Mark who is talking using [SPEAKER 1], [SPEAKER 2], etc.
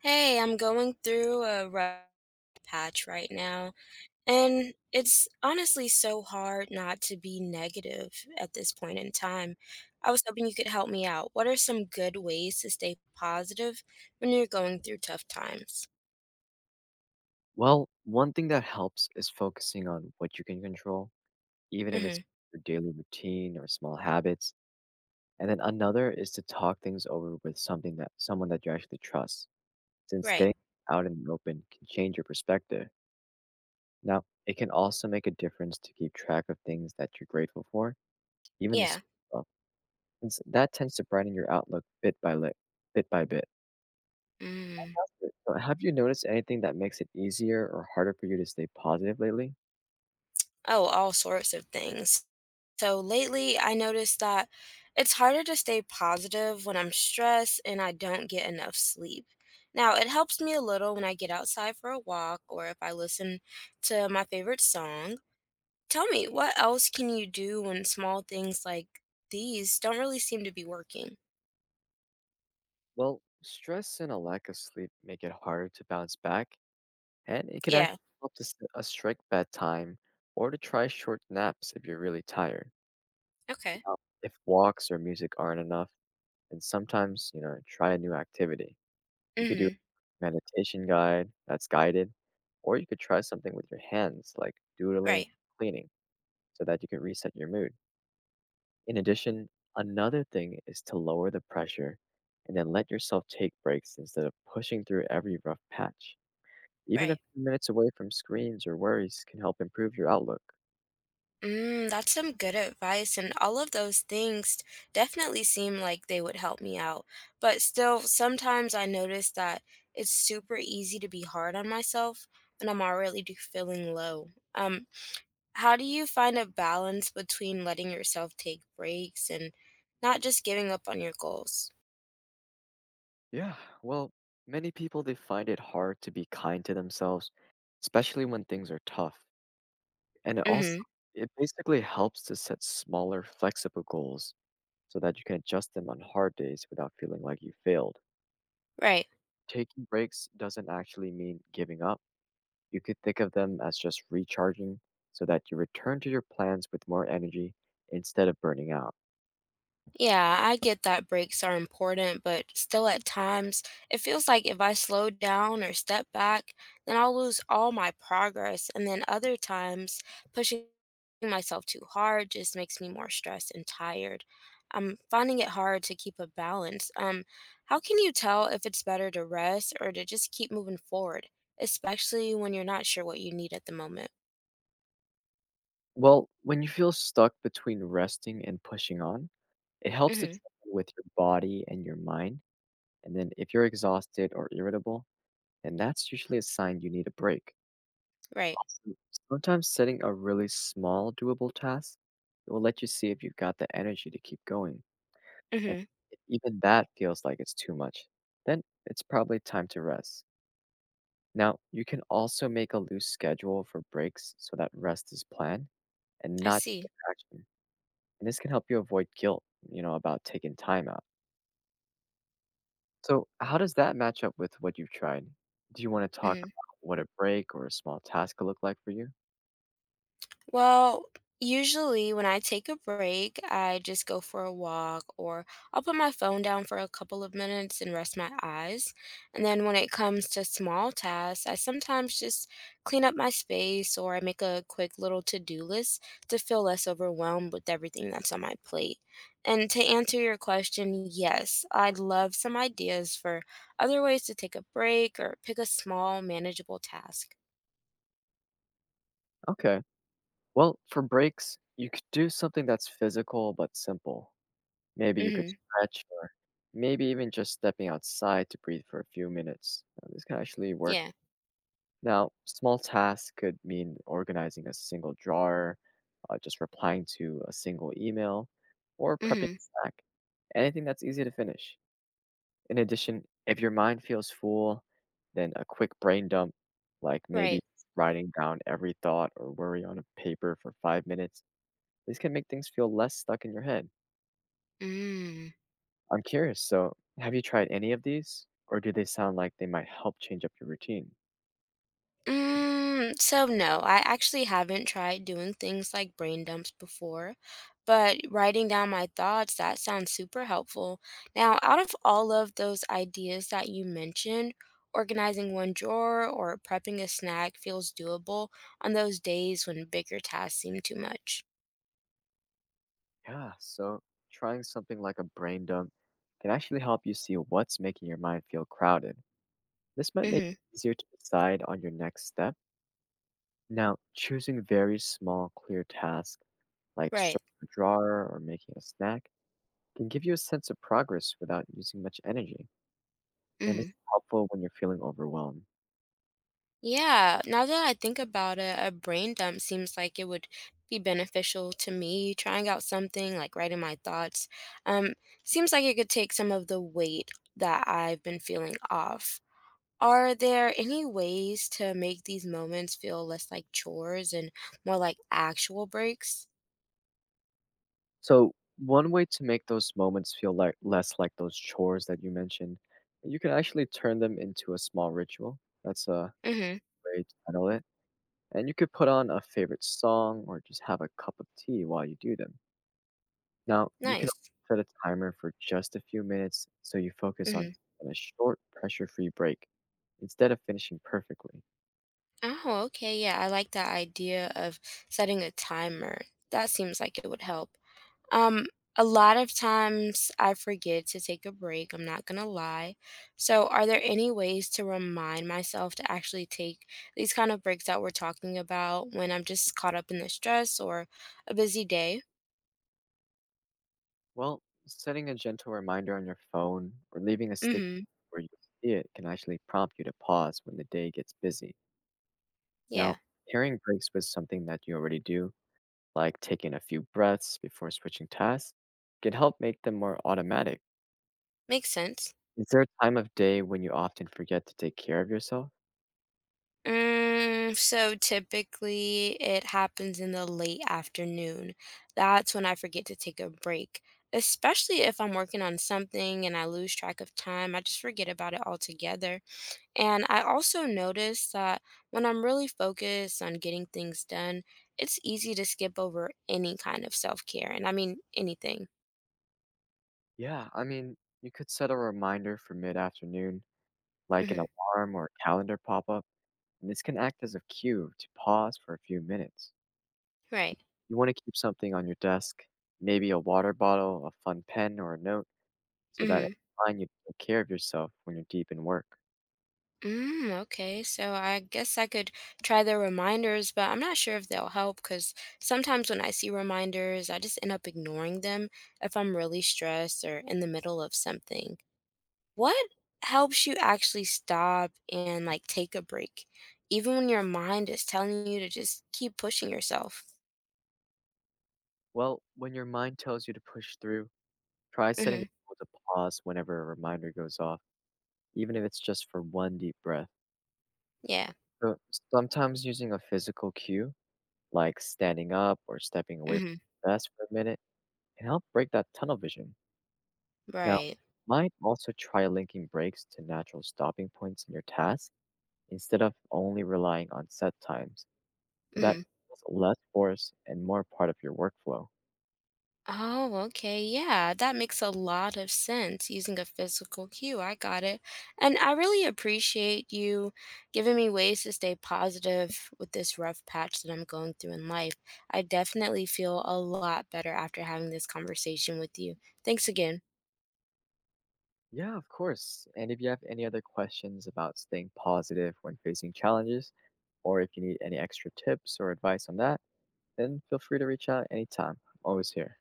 [SPEAKER 1] Hey, I'm going through a rough patch right now, and it's honestly so hard not to be negative at this point in time. I was hoping you could help me out. What are some good ways to stay positive when you're going through tough times?
[SPEAKER 2] Well, one thing that helps is focusing on what you can control, even if it's
[SPEAKER 1] Mm-hmm.
[SPEAKER 2] your daily routine or small habits. And then another is to talk things over with something that someone that you actually trust, since
[SPEAKER 1] Right.
[SPEAKER 2] getting out in the open can change your perspective. Now, it can also make a difference to keep track of things that you're grateful for, even the
[SPEAKER 1] Yeah.
[SPEAKER 2] small, stuff, since that tends to brighten your outlook bit by bit.
[SPEAKER 1] Mm.
[SPEAKER 2] So have you noticed anything that makes it easier or harder for you to stay positive lately?
[SPEAKER 1] Oh, all sorts of things. So lately, I noticed that it's harder to stay positive when I'm stressed and I don't get enough sleep. Now, it helps me a little when I get outside for a walk or if I listen to my favorite song. Tell me, what else can you do when small things like these don't really seem to be working?
[SPEAKER 2] Well, stress and a lack of sleep make it harder to bounce back, and it can
[SPEAKER 1] Yeah,
[SPEAKER 2] actually help to set a strict bedtime or to try short naps if you're really tired.
[SPEAKER 1] okay.
[SPEAKER 2] Now, if walks or music aren't enough, then sometimes, you know, try a new activity. You could do a
[SPEAKER 1] Mhm.
[SPEAKER 2] meditation guide that's guided, or you could try something with your hands like doodling,
[SPEAKER 1] Right.
[SPEAKER 2] cleaning, so that you can reset your mood. In addition, another thing is to lower the pressure and then let yourself take breaks instead of pushing through every rough patch. Even a
[SPEAKER 1] Right.
[SPEAKER 2] few minutes away from screens or worries can help improve your outlook.
[SPEAKER 1] Mm, that's some good advice, and all of those things definitely seem like they would help me out. But still, sometimes I notice that it's super easy to be hard on myself when I'm already feeling low. Um, how do you find a balance between letting yourself take breaks and not just giving up on your goals?
[SPEAKER 2] Yeah, well, many people they find it hard to be kind to themselves, especially when things are tough. And it also
[SPEAKER 1] Mm-hmm.
[SPEAKER 2] It basically helps to set smaller, flexible goals so that you can adjust them on hard days without feeling like you failed.
[SPEAKER 1] Right.
[SPEAKER 2] Taking breaks doesn't actually mean giving up. You could think of them as just recharging so that you return to your plans with more energy instead of burning out.
[SPEAKER 1] Yeah, I get that breaks are important, but still at times it feels like if I slow down or step back, then I'll lose all my progress. And then other times, pushing myself too hard just makes me more stressed and tired. I'm finding it hard to keep a balance. How can you tell if it's better to rest or to just keep moving forward, especially when you're not sure what you need at the moment?
[SPEAKER 2] Well, when you feel stuck between resting and pushing on, it helps to
[SPEAKER 1] Mm-hmm.
[SPEAKER 2] check in with your body and your mind. And then If you're exhausted or irritable, and that's usually a sign you need a break.
[SPEAKER 1] Right.
[SPEAKER 2] Also, sometimes setting a really small, doable task will let you see if you've got the energy to keep going. And
[SPEAKER 1] Mm-hmm.
[SPEAKER 2] if even that feels like it's too much, then it's probably time to rest. Now, you can also make a loose schedule for breaks so that rest is planned and
[SPEAKER 1] I
[SPEAKER 2] not
[SPEAKER 1] see.
[SPEAKER 2] action. And this can help you avoid guilt, about taking time out. So, how does that match up with what you've tried? Do you want to talk
[SPEAKER 1] Mm-hmm.
[SPEAKER 2] about what a break or a small task could look like for you?
[SPEAKER 1] Well, usually when I take a break, I just go for a walk or I'll put my phone down for a couple of minutes and rest my eyes. And then when it comes to small tasks, I sometimes just clean up my space or I make a quick little to-do list to feel less overwhelmed with everything that's on my plate. And to answer your question, yes, I'd love some ideas for other ways to take a break or pick a small, manageable task.
[SPEAKER 2] Okay. Well, for breaks, you could do something that's physical but simple. Maybe you could
[SPEAKER 1] Mm-hmm.
[SPEAKER 2] stretch or maybe even just stepping outside to breathe for a few minutes. This can actually work.
[SPEAKER 1] Yeah.
[SPEAKER 2] Now, small tasks could mean organizing a single drawer, just replying to a single email, or prepping
[SPEAKER 1] Mm-hmm.
[SPEAKER 2] a snack. Anything that's easy to finish. In addition, if your mind feels full, then a quick brain dump, like maybe
[SPEAKER 1] Right.
[SPEAKER 2] writing down every thought or worry on a paper for 5 minutes, this can make things feel less stuck in your head.
[SPEAKER 1] Mm.
[SPEAKER 2] I'm curious, so have you tried any of these, or do they sound like they might help change up your routine?
[SPEAKER 1] Mm, so no, I actually haven't tried doing things like brain dumps before, but writing down my thoughts, that sounds super helpful. Now, out of all of those ideas that you mentioned, organizing one drawer or prepping a snack feels doable on those days when bigger tasks seem too much.
[SPEAKER 2] Yeah, so trying something like a brain dump can actually help you see what's making your mind feel crowded. This might make
[SPEAKER 1] Mm-hmm.
[SPEAKER 2] it easier to decide on your next step. Now, choosing very small, clear tasks like
[SPEAKER 1] Right.
[SPEAKER 2] sorting a drawer or making a snack can give you a sense of progress without using much energy. And
[SPEAKER 1] Mm-hmm.
[SPEAKER 2] this is helpful when you're feeling overwhelmed.
[SPEAKER 1] Yeah, now that I think about it, a brain dump seems like it would be beneficial to me. Trying out something like writing my thoughts, um, seems like it could take some of the weight that I've been feeling off. Are there any ways to make these moments feel less like chores and more like actual breaks?
[SPEAKER 2] So, one way to make those moments feel less like those chores that you mentioned, you can actually turn them into a small ritual. That's a
[SPEAKER 1] Mm-hmm.
[SPEAKER 2] way to handle it. And you could put on a favorite song or just have a cup of tea while you do them. Now, you can
[SPEAKER 1] Nice.
[SPEAKER 2] also set a timer for just a few minutes so you focus
[SPEAKER 1] Mm-hmm.
[SPEAKER 2] on taking a short, pressure free break instead of finishing perfectly.
[SPEAKER 1] Oh, okay. Yeah, I like that idea of setting a timer. That seems like it would help. Um, a lot of times I forget to take a break, I'm not gonna lie. So, are there any ways to remind myself to actually take these kind of breaks that we're talking about when I'm just caught up in the stress or a busy day?
[SPEAKER 2] Well, setting a gentle reminder on your phone or leaving a stick
[SPEAKER 1] Hmm.
[SPEAKER 2] where you see it can actually prompt you to pause when the day gets busy.
[SPEAKER 1] Yeah,
[SPEAKER 2] Now, pairing breaks with something that you already do, like taking a few breaths before switching tasks, can help make them more automatic.
[SPEAKER 1] makes sense.
[SPEAKER 2] Is there a time of day when you often forget to take care of yourself?
[SPEAKER 1] Mm, so typically it happens in the late afternoon. That's when I forget to take a break, especially if I'm working on something and I lose track of time. I just forget about it altogether. And I also noticed that when I'm really focused on getting things done, it's easy to skip over any kind of self care. And I mean, anything.
[SPEAKER 2] Yeah, I mean, you could set a reminder for mid-afternoon, like an
[SPEAKER 1] Hmm.
[SPEAKER 2] alarm or a calendar pop-up, and this can act as a cue to pause for a few minutes.
[SPEAKER 1] Right.
[SPEAKER 2] You want to keep something on your desk, maybe a water bottle, a fun pen, or a note, so that it's
[SPEAKER 1] Hmm.
[SPEAKER 2] fine you take care of yourself when you're deep in work.
[SPEAKER 1] Mm, okay. So I guess I could try the reminders, but I'm not sure if they'll help because sometimes when I see reminders, I just end up ignoring them if I'm really stressed or in the middle of something. What helps you actually stop and like take a break, even when your mind is telling you to just keep pushing yourself?
[SPEAKER 2] Well, when your mind tells you to push through, try setting a
[SPEAKER 1] Mhm.
[SPEAKER 2] goal to pause whenever a reminder goes off, even if it's just for one deep breath.
[SPEAKER 1] Yeah.
[SPEAKER 2] So, sometimes using a physical cue, like standing up or stepping away from
[SPEAKER 1] Mhm.
[SPEAKER 2] the desk for a minute, can help break that tunnel vision. Now,
[SPEAKER 1] Right.
[SPEAKER 2] might also try linking breaks to natural stopping points in your task instead of only relying on set times. So that's
[SPEAKER 1] Mhm.
[SPEAKER 2] less force and more part of your workflow.
[SPEAKER 1] Oh, okay. Yeah, that makes a lot of sense using a physical cue. I got it. And I really appreciate you giving me ways to stay positive with this rough patch that I'm going through in life. I definitely feel a lot better after having this conversation with you. Thanks again.
[SPEAKER 2] Yeah, of course. And if you have any other questions about staying positive when facing challenges, or if you need any extra tips or advice on that, then feel free to reach out anytime. I'm always here.